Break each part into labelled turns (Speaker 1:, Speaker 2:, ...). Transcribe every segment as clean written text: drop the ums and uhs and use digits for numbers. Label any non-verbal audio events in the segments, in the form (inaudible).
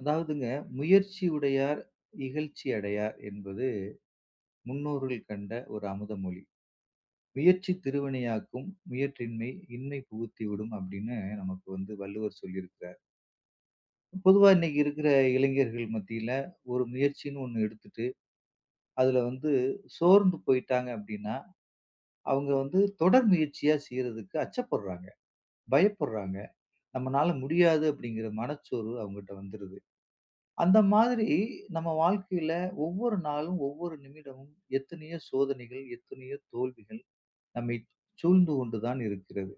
Speaker 1: அதாவதுங்க, "முயற்சி உடையார் இகழ்ச்சி அடையார்" என்பது முன்னோர்கள் கண்ட ஒரு அமுதமொழி. "முயற்சி திருவினையாக்கும், முயற்றின்மை இன்மை புகுத்திவிடும்" அப்படின்னு நமக்கு வந்து வள்ளுவர் சொல்லியிருக்கிறார். பொதுவா இன்னைக்கு இருக்கிற இளைஞர்கள் மத்தியில, ஒரு முயற்சின்னு ஒண்ணு எடுத்துட்டு, அதுல வந்து சோர்ந்து போயிட்டாங்க அப்படின்னா, அவங்க வந்து தொடர் முயற்சியா செய்றதுக்கு அச்சப்படுறாங்க, பயப்படுறாங்க. "நம்மனால முடியாது" அப்படிங்கிற மனச்சோர்வு அவங்ககிட்ட வந்துருது. அந்த மாதிரி நம்ம வாழ்க்கையில ஒவ்வொரு நாளும், ஒவ்வொரு நிமிடமும் எத்தனையோ சோதனைகள், எத்தனையோ தோல்விகள் நம்மை சூழ்ந்து கொண்டு தான் இருக்கிறது.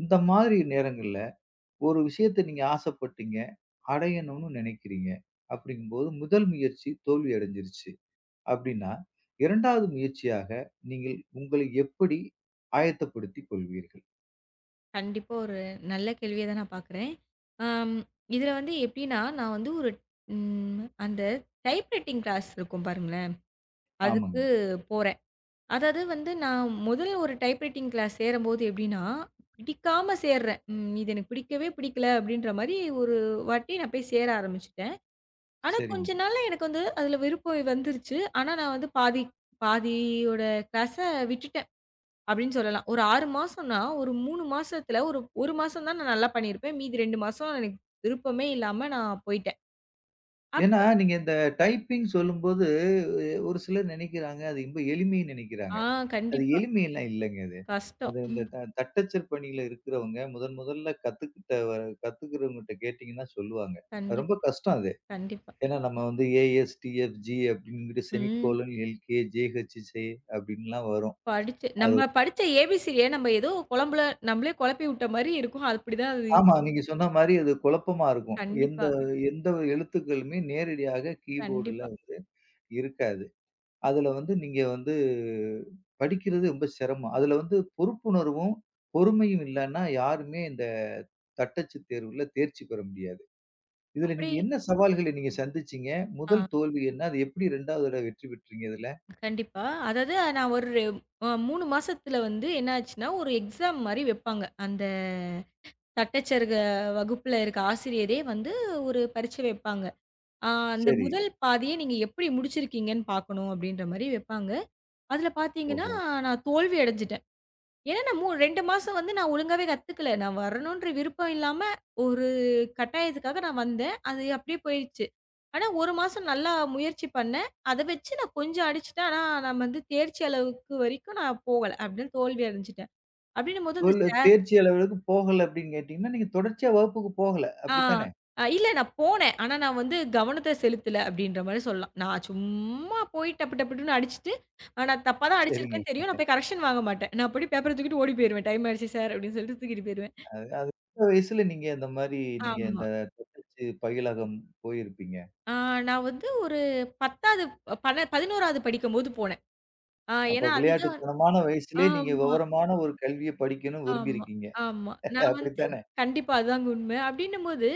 Speaker 1: இந்த மாதிரி நேரங்கள்ல ஒரு விஷயத்த நீங்க ஆசைப்பட்டீங்க, அடையணும்னு நினைக்கிறீங்க. அப்படிங்கும்போது முதல் முயற்சி தோல்வி அடைஞ்சிருச்சு அப்படின்னா, 2வது முயற்சியாக நீங்கள் உங்களை எப்படி ஆயத்தப்படுத்திக் கொள்வீர்கள்?
Speaker 2: கண்டிப்பா ஒரு நல்ல கேள்விய தான் நான் பார்க்குறேன். அம் இதுல வந்து எப்படின்னா, நான் வந்து ஒரு அந்த டைப்ரைட்டிங் கிளாஸ் இருக்கும் பாருங்களேன், அதுக்கு
Speaker 1: ஆமாங்க.
Speaker 2: போறேன். அதாவது வந்து நான் முதல் ஒரு டைப்ரைட்டிங் கிளாஸ் சேரும்போது எப்படின்னா, பிடிக்காம சேர்றேன். இது எனக்கு பிடிக்கவே பிடிக்கல அப்படின்ற மாரி ஒரு வாட்டி நான் போய் சேர ஆரம்பிச்சுட்டேன். ஆனா கொஞ்ச
Speaker 1: சரிங்க.
Speaker 2: நாள்ல எனக்கு வந்து அதுல விருப்பம் வந்துருச்சு. ஆனா நான் வந்து பாதியோட கிளாஸ விட்டுட்டேன். அப்படின்னு சொல்லலாம். ஒரு 6 மாசம்னா, ஒரு 3 மாசத்துல ஒரு 1 மாசம் தான் நான் நல்லா பண்ணியிருப்பேன். மீதி 2 மாசம் எனக்கு விருப்பமே இல்லாம நான் போயிட்டேன். அப்
Speaker 1: ஏன்னா, நீங்க இந்த டைப்பிங் சொல்லும்போது, ஒரு சிலர் நினைக்கிறாங்க, அது ரொம்ப எளிமைன்னு
Speaker 2: ஆ
Speaker 1: நினைக்கிறாங்க. அது
Speaker 2: கண்டிப்பா.
Speaker 1: எளிமையெல்லாம் இல்லங்க அது.
Speaker 2: கஷ்டம்.
Speaker 1: அது
Speaker 2: ம்.
Speaker 1: இந்த தட்டச்சர் பணியில இருக்கிறவங்க முதன் முதல்ல கத்துக்கிட்ட வ கத்துக்கிறவங்ககிட்ட கேட்டீங்கன்னா சொல்லுவாங்க. அது ரொம்ப
Speaker 2: கண்டிப்பா,
Speaker 1: கஷ்டம் அது.
Speaker 2: கண்டிப்பா.
Speaker 1: ஏன்னா நம்ம வந்து ஏஎஸ், டிஎஃப்ஜி அப்படின்னுட்டு
Speaker 2: ம்.
Speaker 1: செமிகோலன், எல்கே, ஜேஹெச்ஜே அப்படின்லாம் வரும்.
Speaker 2: படிச்சு
Speaker 1: அது
Speaker 2: நம்ம படிச்ச ஏபிசிடிய நம்ம ஏதோ குழம்புல நம்மளே குழப்பி விட்ட மாரி இருக்கும். அப்படிதான் அது
Speaker 1: ஆமா.
Speaker 2: இருக்கும்.
Speaker 1: நீங்க சொன்ன மாரி அது குழப்பமா இருக்கும். எந்த
Speaker 2: கண்டிப்பா,
Speaker 1: எந்த எழுத்துக்களுமே நேரடியாக கீபோர்டுல
Speaker 2: கண்டிப்பா.
Speaker 1: வந்து இருக்காது. அதுல வந்து நீங்க வந்து படிக்கிறது ரொம்ப சிரமம். அதுல வந்து பொறுப்புணர்வும், பொறுமையும் இல்லன்னா யாருமே இந்த தட்டச்சு தேர்வுல தேர்ச்சி பெற முடியாது. இதுல
Speaker 2: அப்படி
Speaker 1: நீங்க என்ன சவால்களை நீங்க சந்திச்சீங்க?
Speaker 2: ஆ
Speaker 1: முதல் தோல்வி என்ன? அது எப்படி 2வது தடவ வெற்றி பெற்றீங்க இதுல?
Speaker 2: கண்டிப்பா. அதாவது நான் ஒரு 3 மாசத்துல வந்து என்ன ஆச்சுன்னா, ஒரு எக்ஸாம் மாரி வைப்பாங்க. அந்த தட்டச்சருக வகுப்புல இருக்க ஆசிரியரே வந்து ஒரு பரீட்சை வைப்பாங்க. ஆ அந்த
Speaker 1: சரி.
Speaker 2: முதல் பாதிய நீங்க எப்படி முடிச்சிருக்கீங்கன்னு பார்க்கணும் அப்படின்ற மாரி வைப்பாங்க. அதுல பார்த்தீங்கன்னா,
Speaker 1: ஓஹோ!
Speaker 2: நான் தோல்வி அடைஞ்சுட்டேன். ஏன்னா நான் 2 மாசம் வந்து நான் ஒழுங்காவே கத்துக்கல. நான் வரணுன்ற விருப்பம் இல்லாம ஒரு கட்டாயத்துக்காக நான் வந்தேன். அது அப்படியே போயிருச்சு. ஆனா 1 மாசம் நல்லா முயற்சி பண்ணேன். அத வச்சு நான் கொஞ்சம் அடிச்சுட்டேன். ஆனா நான் வந்து தேர்ச்சி அளவுக்கு வரைக்கும் நான் போகல. அப்படின்னு தோல்வி அடைஞ்சுட்டேன். அப்படின்னும்போது அந்த
Speaker 1: தோல்ல
Speaker 2: சார்
Speaker 1: தேர்ச்சி அளவுக்கு போகல அப்படின்னு கேட்டீங்கன்னா, நீங்க தொடர்ச்சியா வகுப்புக்கு போகல.
Speaker 2: ஆ.
Speaker 1: அப்படித்தானே?
Speaker 2: இல்ல நான் போனேன். ஆனா நான் வந்து கவனத்த செலுத்தல அப்டின்ற மாரி சொல்லலாம். நான் சும்மா போய் டப்பு டப்பு டப்புன்னு அடிச்சுட்டு, நான் தப்பா தான்
Speaker 1: சரிங்க.
Speaker 2: அடிச்சிருக்கேன்னு தெரியும். நான் போய் கரெக்ஷன் வாங்க மாட்டேன். நான் அப்டியே பேப்பர தூக்கிட்டு ஓடி போயிருவேன். டைம் ஆயிடுச்சு சார் அப்டின்னு சொல்லிட்டு தூக்கிட்டு போயிருவேன்.
Speaker 1: அது அது எந்த வயசுல நீங்க இந்த மாரி நீங்க இந்த
Speaker 2: ஆமா.
Speaker 1: தட்டச்சு பயிலகம் போயிருப்பீங்க?
Speaker 2: ஆ நான் வந்து ஒரு 10வது, 11வது படிக்கும்போது போனேன்.
Speaker 1: அப்ப
Speaker 2: ஏன்னா அதுதான்.
Speaker 1: விளையாட்டுத்தனமான வயசுலயே நீங்க
Speaker 2: ஆமா.
Speaker 1: விவரமான ஒரு கல்விய படிக்கணும்னு
Speaker 2: ஆமா,
Speaker 1: விரும்பியிருக்கீங்க.
Speaker 2: ஆமா. நான்
Speaker 1: (laughs)
Speaker 2: வந்து
Speaker 1: அப்படித்தானே?
Speaker 2: கண்டிப்பா அதாங்க உண்மை. அப்டின்னும்போது,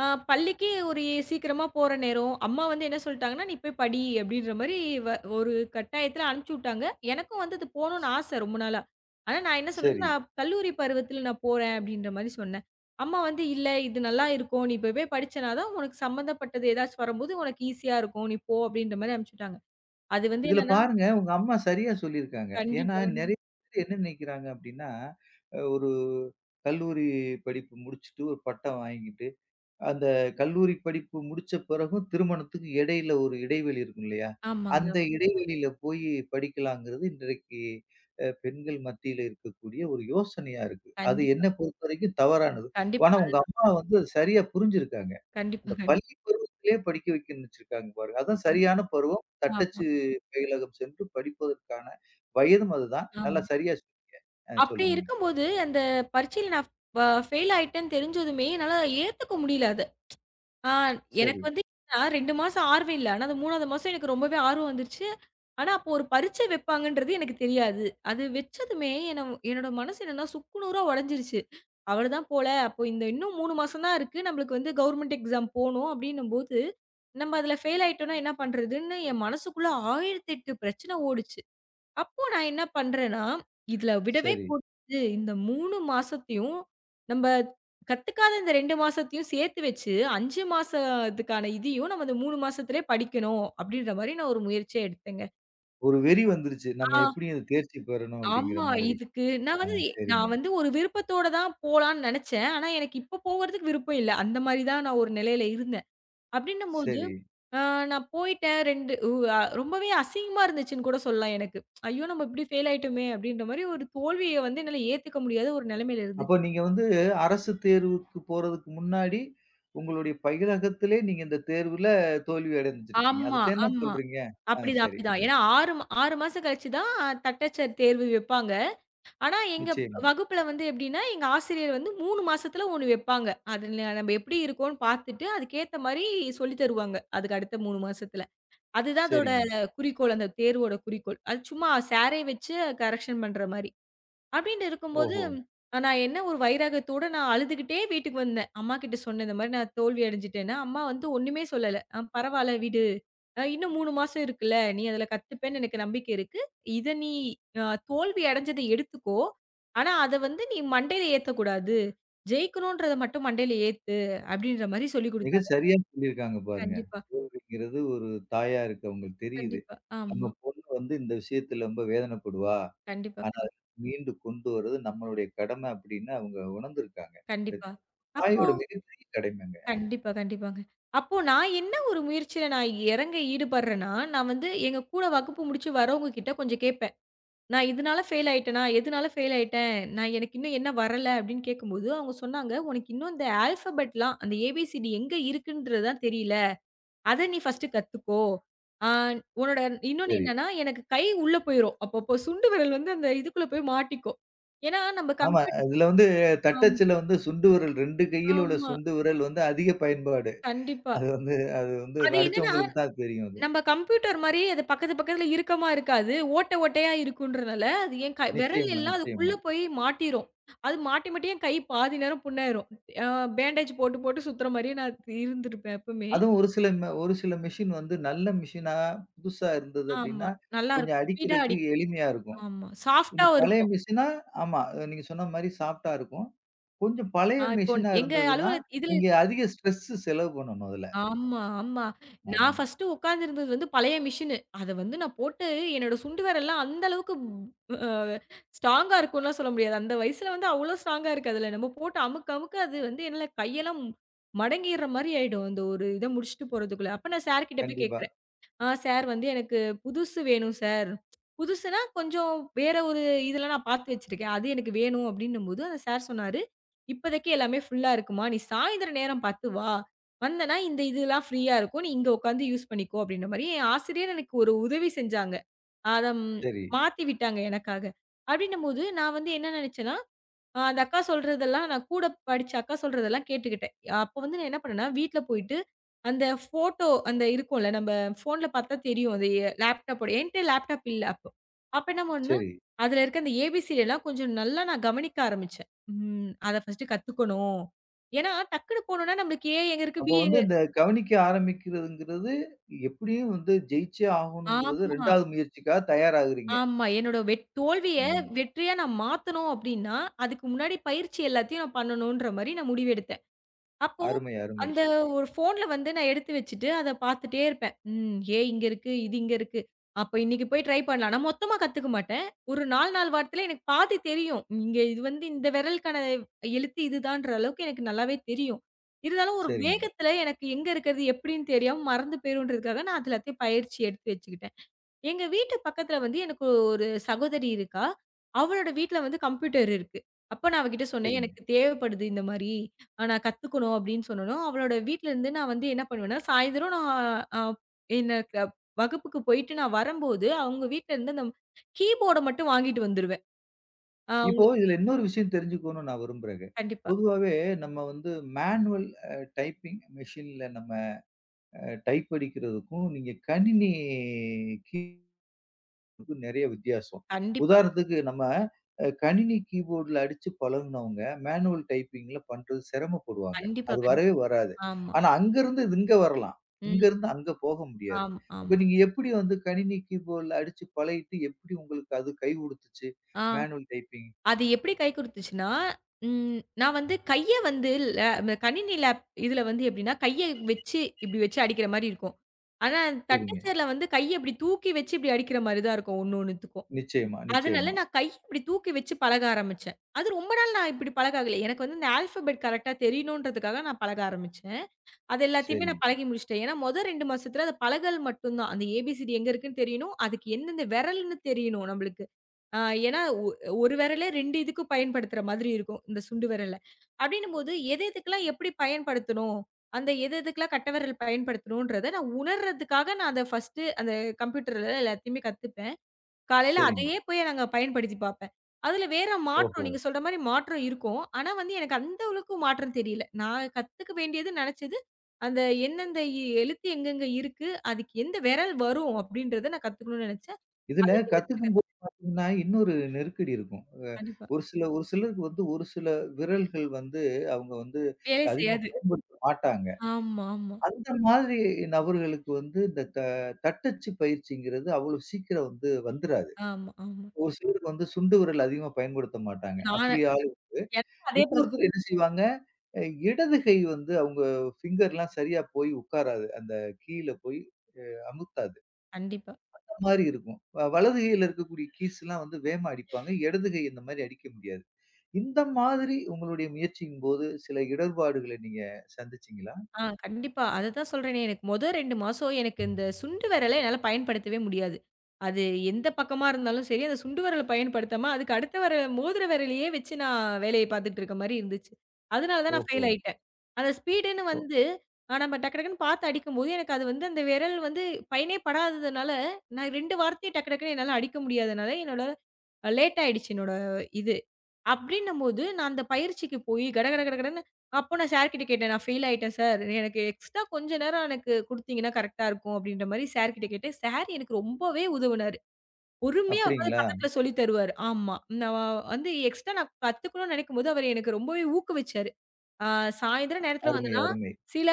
Speaker 2: அ பள்ளிக்கு ஒரு சீக்கிரமா போற நேரம், அம்மா வந்து என்ன சொல்ட்டாங்கன்னா, "நீ போய் படி" அப்டின்ற மாரி வ ஒரு கட்டாயத்துல அனுப்பிச்சு விட்டாங்க. எனக்கும் வந்து அது போணும்னு ஆசை ரொம்ப நாளா. ஆனா நான் என்ன சொன்னேன்னா,
Speaker 1: சரி.
Speaker 2: "நான் கல்லூரி பருவத்துல நான் போறேன்" அப்டின்ற மாரி சொன்னேன். அம்மா வந்து, "இல்ல இது நல்லா இருக்கும். நீ இப்பவே படிச்சேன்னா தான் உனக்கு சம்மந்தப்பட்டது ஏதாச்சும் வரும்போது உனக்கு ஈஸியா இருக்கும். நீ போ" அப்டின்ற மாரி அனுப்பிச்சு விட்டாங்க. அது வந்து
Speaker 1: இதுல
Speaker 2: என்னன்னா
Speaker 1: பாருங்க உங்க அம்மா சரியா சொல்லியிருக்காங்க. ஏன்னா
Speaker 2: கண்டிப்பா கண்டிப்பா-.
Speaker 1: நெறைய பேர் என்ன நினைக்கிறாங்க அப்படின்னா, ஒரு கல்லூரி படிப்பு முடிச்சுட்டு ஒரு பட்டம் வாங்கிட்டு அந்த கல்லூரி படிப்பு முடிச்ச பிறகும் திருமணத்துக்கு இடையில ஒரு இடைவெளி இருக்கும் இல்லையா?
Speaker 2: ஆமாங்க.
Speaker 1: அந்த இடைவெளியில போய் படிக்கலாங்கிறது இன்றைக்கு பெண்கள் மத்தியில இருக்கக்கூடிய ஒரு யோசனையா இருக்கு. அது
Speaker 2: கண்டிப்பா,
Speaker 1: என்ன பொறுத்தவரைக்கும் தவறானது.
Speaker 2: கண்டிப்பா.
Speaker 1: ஆனா
Speaker 2: அது.
Speaker 1: உங்க அம்மா வந்து அது சரியா புரிஞ்சிருக்காங்க.
Speaker 2: கண்டிப்பா,
Speaker 1: அந்த
Speaker 2: கண்டிப்பா.
Speaker 1: பள்ளி பருவத்திலேயே படிக்க வைக்கணும்னு வச்சிருக்காங்க பாருங்க. அதான் சரியான பருவம்.
Speaker 2: ஆமா,
Speaker 1: தட்டச்சு பயிலகம் சென்று படிப்பதற்கான வயதும் அதுதான். நல்லா
Speaker 2: ஆமா.
Speaker 1: சரியா சொன்னீங்க.
Speaker 2: அப்படி
Speaker 1: சொல்லுங்க நீங்க.
Speaker 2: இருக்கும்போது, அந்த பரீட்சையில நான் ப ஃபெயில் ஆயிட்டேன்னு தெரிஞ்சதுமே, என்னால ஏத்துக்க முடியல அத. ஆ எனக்கு
Speaker 1: சரி,
Speaker 2: வந்து என்னன்னா 2 மாசம் ஆர்வம் இல்ல. ஆனா, அந்த 3வது மாசம் எனக்கு ரொம்பவே ஆர்வம் வந்துருச்சு. ஆனா, அப்போ ஒரு பரீட்சை வைப்பாங்கன்றது எனக்கு தெரியாது. அது வச்சதுமே என்னோட மனசு என்னன்னா சுக்கு நூறா உடைஞ்சிருச்சு. அவ்வளதான் போல, அப்போ இந்த இன்னும் 3 மாசம் தான் இருக்கு. நம்மளுக்கு வந்து கவர்மெண்ட் எக்ஸாம் போணும் அப்படின்னும்போது, நம்ம அதுல ஃபெயில் ஆயிட்டோம்னா என்ன பண்றதுன்னு என் மனசுக்குள்ள 1008 பிரச்சனை ஓடுச்சு. அப்போ நான் என்ன பண்றேன்னா, இதுல விடவே
Speaker 1: சரி.
Speaker 2: கூடாது. இந்த 3 மாசத்தையும் நம்ப கத்துக்காத இந்த 2 மாசத்தையும் சேர்த்து வச்சு, 5 மாச இதுக்கான இதையும் நம்ம இந்த 3 மாசத்திலே படிக்கணும் அப்படின்ற மாரி நான் ஒரு முயற்சியா எடுத்தேங்க.
Speaker 1: ஒரு வெறி வந்துருச்சு.
Speaker 2: ஆ
Speaker 1: நம்ம எப்படியும் இது தேர்ச்சி பெறணும் அப்படிங்கிற
Speaker 2: ஆமா.
Speaker 1: மாதிரி.
Speaker 2: இதுக்கு நான் வந்து
Speaker 1: சரிங்க.
Speaker 2: ஒரு விருப்பத்தோட தான் போலான்னு நெனச்சேன். ஆனா எனக்கு இப்ப போகறதுக்கு விருப்பம் இல்ல. அந்த மாரி தான் நான் ஒரு நிலையில இருந்தேன். அப்படின்னும்போது
Speaker 1: சரி.
Speaker 2: ஆ நான் போயிட்டேன் 2. உ அ ரொம்பவே அசிங்கமா இருந்துச்சுன்னு கூட சொல்லலாம் எனக்கு. ஐயோ! நம்ம இப்படி ஃபெயில் ஆயிட்டோமே! அப்படின்ற மாரி ஒரு தோல்விய வந்து என்னால ஏத்துக்க முடியாத ஒரு நிலைமையில
Speaker 1: அப்போ
Speaker 2: இருந்துச்சு.
Speaker 1: நீங்க வந்து அரசு தேர்வுக்கு போறதுக்கு முன்னாடி, உங்களுடைய பயிலகத்திலே நீங்க இந்த தேர்வுல தோல்வி அடைஞ்சிருக்கீங்க.
Speaker 2: ஆமா,
Speaker 1: அதத்தான
Speaker 2: ஆமா.
Speaker 1: சொல்றீங்க? ஆ
Speaker 2: அப்படிதான்,
Speaker 1: சரி.
Speaker 2: அப்படிதான். ஏன்னா 6 6 மாசம் கழிச்சு தான் தட்டச்சர் தேர்வு வைப்பாங்க. ஆனா எங்க
Speaker 1: நிச்சயமா.
Speaker 2: வகுப்புல வந்து எப்படின்னா, எங்க ஆசிரியர் வந்து 3 மாசத்துல 1 வைப்பாங்க. அதுல நம்ம எப்படி இருக்கோம்ன்னு பார்த்துட்டு, அதுக்கேத்த மாரி சொல்லி தருவாங்க. அதுக்கு அடுத்த 3 மாசத்துல. அதுதான் அதோட
Speaker 1: சரிங்க.
Speaker 2: குறிக்கோள். அந்த தேர்வோட குறிக்கோள். அது சும்மா சாரே வச்சு கரெக்ஷன் பண்ற மாரி. அப்படின்னு இருக்கும்போது,
Speaker 1: ஓஹோ!
Speaker 2: நான் என்ன ஒரு வைராகத்தோட நான் அழுதுகிட்டே வீட்டுக்கு வந்தேன். அம்மாகிட்ட சொன்னேன். இந்த மாரி நான் தோல்வி அடைஞ்சுட்டேன்னு. அம்மா வந்து ஒண்ணுமே சொல்லல. பரவால்ல விடு. இன்னும் 3 மாசம் இருக்குல்ல. நீ அதுல கத்துப்பேன்னு எனக்கு நம்பிக்கை இருக்கு. இத நீ அ தோல்வி அடைஞ்சத எடுத்துக்கோ. ஆனா அத வந்து நீ மண்டையில ஏத்தக்கூடாது. ஜெயிக்கணும்ன்றத மட்டும் மண்டையில ஏத்து." அப்படின்ற மாரி சொல்லிக்
Speaker 1: மிக
Speaker 2: குடுத்தாங்க.
Speaker 1: சரியா சொல்லியிருக்காங்க பாருங்க.
Speaker 2: கண்டிப்பா,
Speaker 1: தோல்விங்கிறது ஒரு தாயாருக்கு அவங்களுக்கு தெரியுது.
Speaker 2: கண்டிப்பா.
Speaker 1: நம்ம
Speaker 2: ஆமா.
Speaker 1: பொண்ணு வந்து இந்த விஷயத்துல ரொம்ப வேதனைப்படுவா.
Speaker 2: கண்டிப்பா,
Speaker 1: ஆனா,
Speaker 2: கண்டிப்பா.
Speaker 1: அத மீண்டு கொண்டு வர்றது நம்மளுடைய கடமை அப்படின்னு அவங்க உணர்ந்திருக்காங்க.
Speaker 2: கண்டிப்பா. அப்ப.
Speaker 1: தாயோட மிகப்பெரிய கடமைங்க.
Speaker 2: கண்டிப்பா, கண்டிப்பாங்க. அப்போ நான் என்ன ஒரு முயற்சியில நான் இறங்க ஈடுபடுறேன்னா, நான் வந்து எங்க கூட வகுப்பு முடிச்சு வரவங்க கிட்ட கொஞ்சம் கேட்பேன். நான் இதனால ஃபெயில் ஆயிட்டேனா, எதனால ஃபெயில் ஆயிட்டேன்? நான் எனக்கு இன்னும் என்ன வரல அப்படின்னு கேட்கும்போது, அவங்க சொன்னாங்க, "உனக்கு இன்னும் இந்த ஆல்ஃபபெட்லாம் அந்த ஏபிசிடி எங்க இருக்குன்றது தான் தெரியல. அத நீ ஃபர்ஸ்ட்டு கத்துக்கோ. ஆ உன்னோட இன்னொன்னு
Speaker 1: சரி.
Speaker 2: என்னன்னா, எனக்கு கை உள்ள போயிரும். அப்பப்போ சுண்டு விரல் வந்து அந்த இதுக்குள்ள போய் மாட்டிக்கும்." ஏன்னா, நம்ம
Speaker 1: ஆமா.
Speaker 2: கம்ப்யூட்.
Speaker 1: இதுல வந்து
Speaker 2: ஆமா,
Speaker 1: தட்டச்சுல வந்து சுண்டு விரல் 2 கையில உள்ள
Speaker 2: ஆமா.
Speaker 1: சுண்டு விரல் வந்து அதிக பயன்பாடு.
Speaker 2: கண்டிப்பா.
Speaker 1: அது வந்து அது வந்து
Speaker 2: அது என்னன்னா
Speaker 1: அடிச்சவங்களுக்கு தான் அது தெரியும் அது.
Speaker 2: நம்ம கம்ப்யூட்டர் மாரி அது பக்கத்து பக்கத்துல இறுக்கமா இருக்காது. ஓட்டை ஓட்டையா இருக்குன்றனால, அது என் கை விரல்
Speaker 1: நிச்சயமா,
Speaker 2: எல்லாம் அதுக்குள்ள
Speaker 1: நிச்சயமா.
Speaker 2: போய் மாட்டிரும். அது மாட்டி மாட்டி என் கை பாதி நேரம் புண்ணாயிரும். அ பேண்டேஜ் போட்டு போட்டு சுத்துற மாரியே நான் இருந்திருப்பேன் எப்பவுமே.
Speaker 1: அதுவும் ஒரு சில மெஷின் வந்து நல்ல மெஷினா புதுசா இருந்தது
Speaker 2: ஆமா.
Speaker 1: அப்டின்னா, கொஞ்சம்
Speaker 2: நல்லாருக்கும். ஸ்பீடா
Speaker 1: அடிக்கிறதுக்கு
Speaker 2: அடிக்கும்.
Speaker 1: எளிமையா இருக்கும்.
Speaker 2: ஆமா.
Speaker 1: கொஞ்சம்
Speaker 2: சாஃப்ட்டாவும்
Speaker 1: பழைய
Speaker 2: இருக்கும்.
Speaker 1: மெஷினா ஆமா. நீங்க சொன்ன மாரி சாஃப்ட்டா இருக்கும். கொஞ்சம் பழைய
Speaker 2: இப்போ
Speaker 1: மெஷினா
Speaker 2: எங்க
Speaker 1: இருந்ததுன்னா,
Speaker 2: அலுவலக இது.
Speaker 1: நீங்க அதிக ஸ்ட்ரெஸ் செலவு பண்ணணும் அதுல.
Speaker 2: ஆமா, ஆமா. நான்
Speaker 1: ஆமா.
Speaker 2: ஃபர்ஸ்ட்டு உட்கார்ந்திருந்தது வந்து பழைய மிஷினு. அத வந்து நான் போட்டு என்னோட சுண்டு விரல்லாம் அந்த அளவுக்கு அ ஸ்ட்ராங்கா இருக்கும்லாம் சொல்ல முடியாது. அந்த வயசுல வந்து அவ்ளோ ஸ்ட்ராங்கா இருக்காதுல்ல. நம்ம போட்டு அமுக்க, அமுக்க அது வந்து என்னால கையெல்லாம் மடங்கிர்ற மாரி ஆயிடும். அந்த ஒரு இத முடிச்சுட்டு போறதுக்குள்ள. அப்ப நான் சார் கிட்ட போய்
Speaker 1: கண்டிப்பா.
Speaker 2: கேக்குறேன். சார் வந்து எனக்கு புதுசு வேணும் சார். புதுசுனா கொஞ்சம் வேற ஒரு இதுல நான் பார்த்து வச்சிருக்கேன். அது எனக்கு வேணும் அப்டின்னும்போது, அந்த சார் சொன்னாரு, "இப்போதைக்கு எல்லாமே ஃபுல்லா இருக்கும்மா. நீ சாயந்திரம் நேரம் பார்த்து வா. வந்தனா இந்த இதெல்லாம் ஃப்ரீயா இருக்கும். நீ இங்க உட்காந்து யூஸ் பண்ணிக்கோ" அப்டின்ற மாரி என் ஆசிரியர் எனக்கு ஒரு உதவி செஞ்சாங்க. அத
Speaker 1: சரி,
Speaker 2: மாத்தி விட்டாங்க எனக்காக. அப்டின்னும்போது நான் வந்து என்ன நெனச்சேன்னா அந்த அக்கா சொல்றதெல்லாம் நான் கூட படிச்ச அக்கா சொல்றதெல்லாம் கேட்டுக்கிட்டேன். அப்போ வந்து நான் என்ன பண்ணேன்னா, வீட்ல போயிட்டு அந்த ஃபோட்டோ அந்த இருக்கும்ல நம்ம ஃபோன்ல பார்த்தா தெரியும். அது எ லேப்டாப்போட என்ட்ட லேப்டாப் இல்ல அப்போ. அப்ப என்ன பண்ணேன்னா,
Speaker 1: சரி.
Speaker 2: அதுல இருக்க அந்த ஏபிசிடி எல்லாம் கொஞ்சம் நல்லா நான் கவனிக்க ஆரம்பிச்சேன். ம். அத ஃபர்ஸ்ட்டு கத்துக்கணும். ஏன்னா டக்குனு போனோம்னா நம்மளுக்கு ஏ எங்க இருக்கு,
Speaker 1: அப்ப
Speaker 2: பி
Speaker 1: வந்து
Speaker 2: எங்க.
Speaker 1: இந்த கவனிக்க ஆரம்பிக்கிறதுங்கிறது, எப்படியும் வந்து ஜெயிச்சே ஆகணுங்கிறது
Speaker 2: ஆமா,
Speaker 1: 2வது முயற்சிக்காக தயாராகுறீங்க.
Speaker 2: ஆமா. என்னோட தோல்விய
Speaker 1: ம்.
Speaker 2: வெற்றியா நான் மாத்தணும் அப்டின்னா, அதுக்கு முன்னாடி பயிற்சி எல்லாத்தையும் நான் பண்ணணுன்ற மாரி நான் முடிவெடுத்தேன். அப்போ,
Speaker 1: அருமை, அருமை.
Speaker 2: அந்த ஒரு ஃபோன்ல வந்து நான் எடுத்து வச்சுட்டு, அத பார்த்துட்டே இருப்பேன். ம். ஏ இங்க இருக்கு, இது இங்க இருக்கு. அப்ப இன்னைக்கு போய் ட்ரை பண்ணலாம். நான் மொத்தமா கத்துக்க மாட்டேன். ஒரு 4, 4 வாரத்துல எனக்கு பாதி தெரியும். இங்க இது வந்து இந்த விரலுக்கான எழுத்து இதுதான்ற அளவுக்கு எனக்கு நல்லாவே தெரியும். இருந்தாலும் ஒரு
Speaker 1: சரிங்க,
Speaker 2: வேகத்துல எனக்கு எங்க இருக்கிறது, எப்படின்னு தெரியாம மறந்து போயிருன்றதுக்காக நான் அது எல்லாத்தையும் பயிற்சி எடுத்து வச்சுக்கிட்டேன். எங்க வீட்டு பக்கத்துல வந்து எனக்கு ஒரு சகோதரி இருக்கா. அவளோட வீட்ல வந்து கம்ப்யூட்டர் இருக்கு. அப்ப நான் அவகிட்ட சொன்னேன்,
Speaker 1: சரிங்க.
Speaker 2: "எனக்கு தேவைப்படுது இந்த மாரி. நான் கத்துக்கணும்." அப்படின்னு சொன்னோனோம், அவளோட வீட்லருந்து நான் வந்து என்ன பண்ணுவேன்னா, சாயந்தரம் நான் அ எனக்கு வகுப்புக்கு போயிட்டு நான் வரும்போது, அவங்க வீட்லருந்து அந்த கீபோர்ட மட்டும் வாங்கிட்டு வந்துருவேன். அ
Speaker 1: இப்போ இதுல இன்னொரு விஷயம் தெரிஞ்சுக்கணும்னு நான் விரும்புறேங்க.
Speaker 2: கண்டிப்பா,
Speaker 1: பொதுவாவே நம்ம வந்து மேனுவல் டைப்பிங் மெஷின்ல நம்ம அ டைப் அடிக்கிறதுக்கும், நீங்க கணினி கீ க்கும் நெறைய வித்தியாசம்.
Speaker 2: கண்டிப்பா,
Speaker 1: உதாரணத்துக்கு நம்ம கணினி கீபோர்டுல அடிச்சு பழகுனவங்க, மேனுவல் டைப்பிங்ல பண்றது சிரமப்படுவாங்க.
Speaker 2: கண்டிப்பா,
Speaker 1: அது
Speaker 2: கண்டிப்பா.
Speaker 1: வரவே வராது.
Speaker 2: ஆமா.
Speaker 1: ஆனா அங்கருந்து இது இங்க வரலாம்.
Speaker 2: ம்.
Speaker 1: இங்கருந்து அங்க போக முடியாது.
Speaker 2: ஆமா,
Speaker 1: அப்ப
Speaker 2: ஆமா.
Speaker 1: நீங்க எப்படி வந்து கணினி கீபோர்டுல அடிச்சு பழகிட்டு எப்படி உங்களுக்கு அது கை குடுத்துச்சு?
Speaker 2: ஆ.
Speaker 1: Manual typing.
Speaker 2: அது எப்படி கை குடுத்துச்சுன்னா, நான் வந்து கைய வந்து கணினி லேப் இதுல வந்து எப்படின்னா, கைய வச்சு இப்படி வச்சு அடிக்கிற மாரி இருக்கும். ஆனா,
Speaker 1: சரிங்க.
Speaker 2: தட்டச்சர்ல வந்து கைய இப்படி தூக்கி வச்சு இப்படி அடிக்கிற மாரி தான் இருக்கும் ஒண்ணு ஒண்ணுத்துக்கும்.
Speaker 1: நிச்சயமா,
Speaker 2: அதனால
Speaker 1: நிச்சயமா.
Speaker 2: நான் கைய இப்படி தூக்கி வச்சு பழக ஆரம்பிச்சேன். அது ரொம்ப நாள் நான் இப்படி பழகல. எனக்கு வந்து இந்த ஆல்ஃபாபெட் கரெக்ட்டா தெரியணுன்றதுக்காக நான் பழக ஆரம்பிச்சேன். அது எல்லாத்தையுமே நான்
Speaker 1: சரிங்க,
Speaker 2: பழகி முடிச்சுட்டேன். ஏன்னா, மொத 2 மாசத்துல அது பழகல் மட்டும் தான். அந்த ஏபிசிடி எங்க இருக்குன்னு தெரியணும். அதுக்கு எந்தெந்த விரல்ன்னு தெரியணும் நம்மளுக்கு. ஆ ஏன்னா, ஒரு விரலே 2 இதுக்கும் பயன்படுத்துற மாதிரி இருக்கும். இந்த சுண்டு விரல. அப்டின்னும்போது, எது எதுக்கெல்லாம் எப்படி பயன்படுத்தணும்? அந்த எது எதுக்கெல்லாம் கட்டை விரல் பயன்படுத்தணுன்றத நான் உணர்றதுக்காக நான் அத ஃபர்ஸ்ட்டு அந்த கம்ப்யூட்டர்ல எல்லாத்தையுமே கத்துப்பேன். காலையில
Speaker 1: சரிங்க.
Speaker 2: அதையே போய் நாங்க பயன்படுத்தி பார்ப்பேன். அதுல வேற மாற்றம்
Speaker 1: ஓஹோ!
Speaker 2: நீங்க சொல்ற மாரி மாற்றம் இருக்கும். ஆனா வந்து எனக்கு அந்த அளவுக்கு மாற்றம் தெரியல. நான் கத்துக்க வேண்டியது நெனச்சது, அந்த எந்தெந்த எழுத்து எங்கெங்க இருக்கு? அதுக்கு எந்த விரல் வரும்? அப்டின்றத நான் கத்துக்கணும்னு நெனச்சேன்.
Speaker 1: இதுல
Speaker 2: அது எல்லாத்தையுமே கத்து-.
Speaker 1: கத்துக்கும்போது பார்த்தீங்கன்னா, இன்னொரு நெருக்கடி இருக்கும்.
Speaker 2: கண்டிப்பா.
Speaker 1: ஒரு சிலருக்கு வந்து ஒரு சில விரல்கள் வந்து அவங்க வந்து
Speaker 2: வேலை
Speaker 1: அதிகமா
Speaker 2: செய்யாது.
Speaker 1: பயன்படுத்த மாட்டாங்க.
Speaker 2: ஆமா, ஆமா,
Speaker 1: அந்த மாதிரி நபர்களுக்கு வந்து இந்த தட்டச்சு பயிற்சிங்கிறது அவ்வளவு சீக்கிரம் வந்து வந்துராது.
Speaker 2: ஆமா, ஆமா.
Speaker 1: ஒரு சிலருக்கு வந்து சுண்டு விரல் அதிகமா பயன்படுத்த மாட்டாங்க.
Speaker 2: நான்
Speaker 1: அப்படி ஆளுக்கு
Speaker 2: எனக்கும் அதே பிரச்சனை.
Speaker 1: இன்னொருத்தர் என்ன செய்வாங்க, அ இடது கை வந்து அவங்க ஃபிங்கர்லாம் சரியா போய் உட்காராது. அந்த கீயில போய் அமுத்தாது.
Speaker 2: கண்டிப்பா.
Speaker 1: மாரி இருக்கும். வலது கையில இருக்கக்கூடிய கீஸ்லாம் வந்து வேகமா அடிப்பாங்க. இடது கை இந்த மாரி அடிக்க முடியாது. இந்த மாதிரி உங்களுடைய முயற்சியின்போது சில இடர்பாடுகளை நீங்க சந்திச்சீங்களா?
Speaker 2: கண்டிப்பா. அததான் சொல்றேனே, எனக்கு மொத 2 மாசம் எனக்கு இந்த சுண்டு விரல என்னால பயன்படுத்தவே முடியாது. அது எந்த பக்கமா இருந்தாலும் சரி, அந்த சுண்டு விரல பயன்படுத்தாம, அதுக்கு அடுத்த மோதிர விரலையே வச்சு நான் வேலைய பார்த்துட்டு இருக்க மாரி இருந்துச்சு. அதனால தான் நான்
Speaker 1: ஓஹோ!
Speaker 2: ஃபெயில் ஆயிட்டேன். அந்த ஸ்பீடுன்னு
Speaker 1: ஓ
Speaker 2: வந்து நம்ம டக்கு டக்குன்னு பார்த்து அடிக்கும்போது, எனக்கு அது வந்து அந்த விரல் வந்து பயனே படாததுனால, நான் 2 வார்த்தைய டக்கு டக்குன்னு என்னால அடிக்க முடியாதனால, என்னோட லேட் ஆயிடுச்சு என்னோட இது. அப்டின்னும்போது, நான் அந்த பயிற்சிக்கு போயி கட கட கட கடன்னு. அப்போ நான் சார் கிட்ட கேட்டேன். "நான் ஃபெயில் ஆயிட்டேன் சார். எனக்கு எக்ஸ்ட்ரா கொஞ்ச நேரம் எனக்கு குடுத்தீங்கன்னா கரெக்ட்டா இருக்கும்." அப்டின்ற மாரி சார் கிட்ட கேட்டேன். சார் எனக்கு ரொம்பவே உதவுனாரு. பொறுமையா உட்காந்து
Speaker 1: அப்படிங்களா?
Speaker 2: பக்கத்துல சொல்லி தருவாரு. ஆமா. நான் வந்து எக்ஸ்ட்ரா நான் கத்துக்கணும்னு நெனைக்கும்போது, அவரு எனக்கு ரொம்பவே ஊக்குவிச்சாரு. ஆ சாயந்தரம் நேரத்துல
Speaker 1: அருமை,
Speaker 2: வந்தன்னா,
Speaker 1: அருமை.
Speaker 2: சில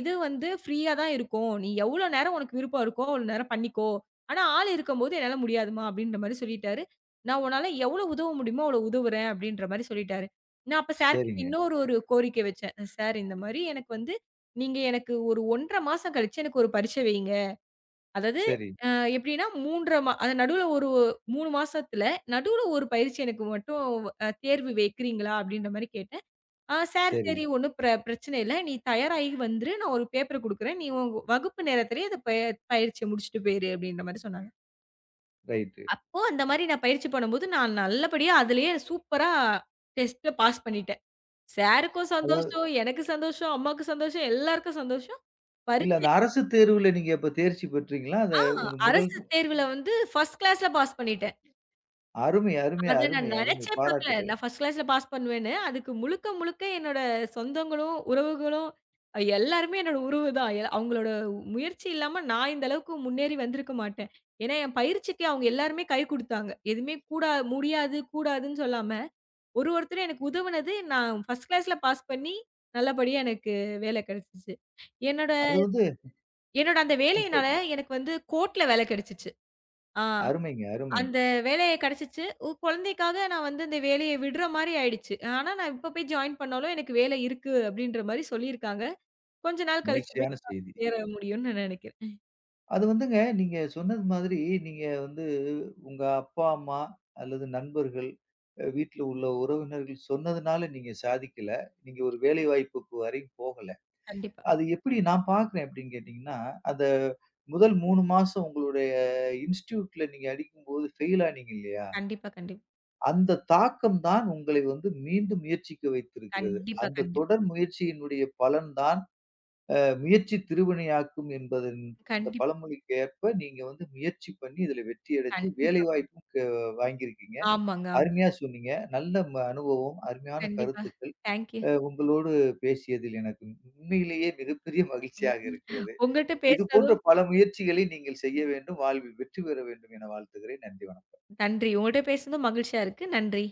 Speaker 2: இது வந்து ஃப்ரீயா தான் இருக்கும். நீ எவ்வளோ நேரம் உனக்கு விருப்பம் இருக்கோ, அவ்வளோ நேரம் பண்ணிக்கோ. ஆனா ஆள் இருக்கும்போது என்னால முடியாதும்மா அப்படின்ற மாரி சொல்லிட்டாரு. நான் உன்னால எவ்வளோ உதவ முடியுமோ அவ்வளோ உதவுறேன் அப்படின்ற மாரி சொல்லிட்டாரு. நான் அப்ப சார் கிட்ட
Speaker 1: சரிங்க.
Speaker 2: இன்னொரு ஒரு கோரிக்கை வச்சேன். சார் இந்த மாரி எனக்கு வந்து நீங்க எனக்கு ஒரு 1 1/2 மாசம் கழிச்சு எனக்கு ஒரு பரீட்சை வையுங்க. அதாவது
Speaker 1: சரி,
Speaker 2: அ எப்படின்னா 3 1/2 அது நடுவுல ஒரு 3 மாசத்துல நடுவுல ஒரு பயிற்சி எனக்கு மட்டும் தேர்வு வைக்கிறீங்களா? அப்படின்ற மாரி கேட்டேன். சார்
Speaker 1: சரி.
Speaker 2: சரி ஒண்ணும் பிரச்சனை இல்ல. நீ தயாராகி வந்துரு. நான் ஒரு பேப்பர் குடுக்குறேன். நீ உன் வகுப்பு நேரத்திலேயே அத பயிற்சிய முடிச்சுட்டு போயிரு அப்டின்ற மாரி சொன்னாங்க.
Speaker 1: ரைட்டு.
Speaker 2: அப்போ அந்த மாரி நான் பயிற்சி பண்ணும்போது, நான் நல்லபடியா அதிலேயே சூப்பரா டெஸ்ட்ட பாஸ் பண்ணிட்டேன். சாருக்கும்
Speaker 1: அதாவது
Speaker 2: சந்தோஷம், எனக்கு சந்தோஷம், அம்மாக்கு சந்தோஷம், எல்லாருக்கும் சந்தோஷம்.
Speaker 1: இல்ல
Speaker 2: பரீட்சை.
Speaker 1: அந்த அரசு தேர்வுல நீங்க அப்ப தேர்ச்சி பெற்றீங்களா? அந்த
Speaker 2: ஆ
Speaker 1: ஒரு முதல்
Speaker 2: அரசு தேர்வுல வந்து 1 கிளாஸ்ல பாஸ் பண்ணிட்டேன்.
Speaker 1: அருமை, அருமை,
Speaker 2: அத நான்
Speaker 1: அருமை, அருமை.
Speaker 2: நெனச்சே பாக்கல.
Speaker 1: பாராட்டுகள்.
Speaker 2: நான் ஃபர்ஸ்ட் கிளாஸ்ல பாஸ் பண்ணுவேன்னு. அதுக்கு முழுக்க, முழுக்க என்னோட சொந்தங்களும், உறவுகளும் எல்லாருமே என்னோட உறவு தான். அவங்களோட முயற்சி இல்லாம நான் இந்த அளவுக்கு முன்னேறி வந்திருக்க மாட்டேன். ஏன்னா, என் பயிற்சிக்கு அவங்க எல்லாருமே கை குடுத்தாங்க. எதுவுமே கூடா முடியாது, கூடாதுன்னு சொல்லாம, ஒரு ஒருத்தரும் எனக்கு உதவுனது, நான் ஃபர்ஸ்ட் கிளாஸ்ல பாஸ் பண்ணி, நல்லபடியா எனக்கு வேலை கெடைச்சுச்சு. என்னோட
Speaker 1: அது வந்து
Speaker 2: என்னோட அந்த வேலையினால
Speaker 1: சொல்-
Speaker 2: எனக்கு வந்து கோர்ட்ல வேலை கெடைச்சுச்சு. ஆ.
Speaker 1: அருமைங்க, அருமை.
Speaker 2: அந்த வேலைய கிடைச்சுச்சு. குழந்தைக்காக நான் வந்து அந்த வேலைய விடுற மாரி ஆயிடுச்சு. ஆனா, நான் இப்ப போய் ஜாயின் பண்ணாலும் எனக்கு வேலை இருக்கு அப்படின்ற மாரி சொல்லியிருக்காங்க. கொஞ்ச நாள் கழிச்சு போய்
Speaker 1: மகிழ்ச்சியான செய்தி.
Speaker 2: சேர முடியும்னு நான் நெனைக்கிறேன்.
Speaker 1: அது வந்துங்க, நீங்க சொன்னது மாதிரி, நீங்க வந்து உங்க அப்பா, அம்மா அல்லது நண்பர்கள், வீட்ல உள்ள உறவினர்கள் சொன்னதுனால நீங்க சாதிக்கல. நீங்க ஒரு வேலைவாய்ப்புக்கு வரையும் போகல.
Speaker 2: கண்டிப்பா,
Speaker 1: அது எப்படி நான் பார்க்குறேன் எப்படின்னு கேட்டீங்கன்னா, அந்த முதல் 3 மாசம் உங்களுடைய இன்ஸ்டிடியூட்ல நீங்க அடிக்கும்போது ஃபெயில் ஆனீங்க இல்லையா?
Speaker 2: கண்டிப்பா, கண்டிப்பா.
Speaker 1: அந்த தாக்கம் தான் உங்களை வந்து மீண்டும் முயற்சிக்க வைத்திருக்கிறது.
Speaker 2: கண்டிப்பா,
Speaker 1: அந்த
Speaker 2: கண்டிப்பா.
Speaker 1: தொடர் முயற்சியினுடைய பலன் தான் முயற்சி திருவினையாக்கும் என்பதன் இந்த
Speaker 2: கண்டிப்பா,
Speaker 1: பழமொழிக்கு ஏற்ப நீங்க வந்து முயற்சி பண்ணி இதுல வெற்றி அடைஞ்சு வேலை
Speaker 2: கண்டிப்பா, கண்டிப்பா.
Speaker 1: வாய்ப்பும் வாங்கியிருக்கீங்க.
Speaker 2: ஆமாங்க, ஆமா.
Speaker 1: அருமையா சொன்னீங்க. நல்ல அனுபவம், அருமையான
Speaker 2: கண்டிப்பா.
Speaker 1: கருத்துக்கள்.
Speaker 2: Thank you.
Speaker 1: உங்களோடு பேசியதில் எனக்கு உண்மையிலேயே மிகப்பெரிய மகிழ்ச்சியாக இருக்கிறது.
Speaker 2: உங்கள்ட்ட
Speaker 1: இது போன்ற
Speaker 2: பேசுனதும்
Speaker 1: பல முயற்சிகளை நீங்கள் செய்ய வேண்டும். வாழ்வில் வெற்றி பெற வேண்டும் என வாழ்த்துகிறேன். நன்றி. வணக்கம்.
Speaker 2: நன்றி. உங்கள்ட்ட பேசுனதும் மகிழ்ச்சியா இருக்கு. நன்றி.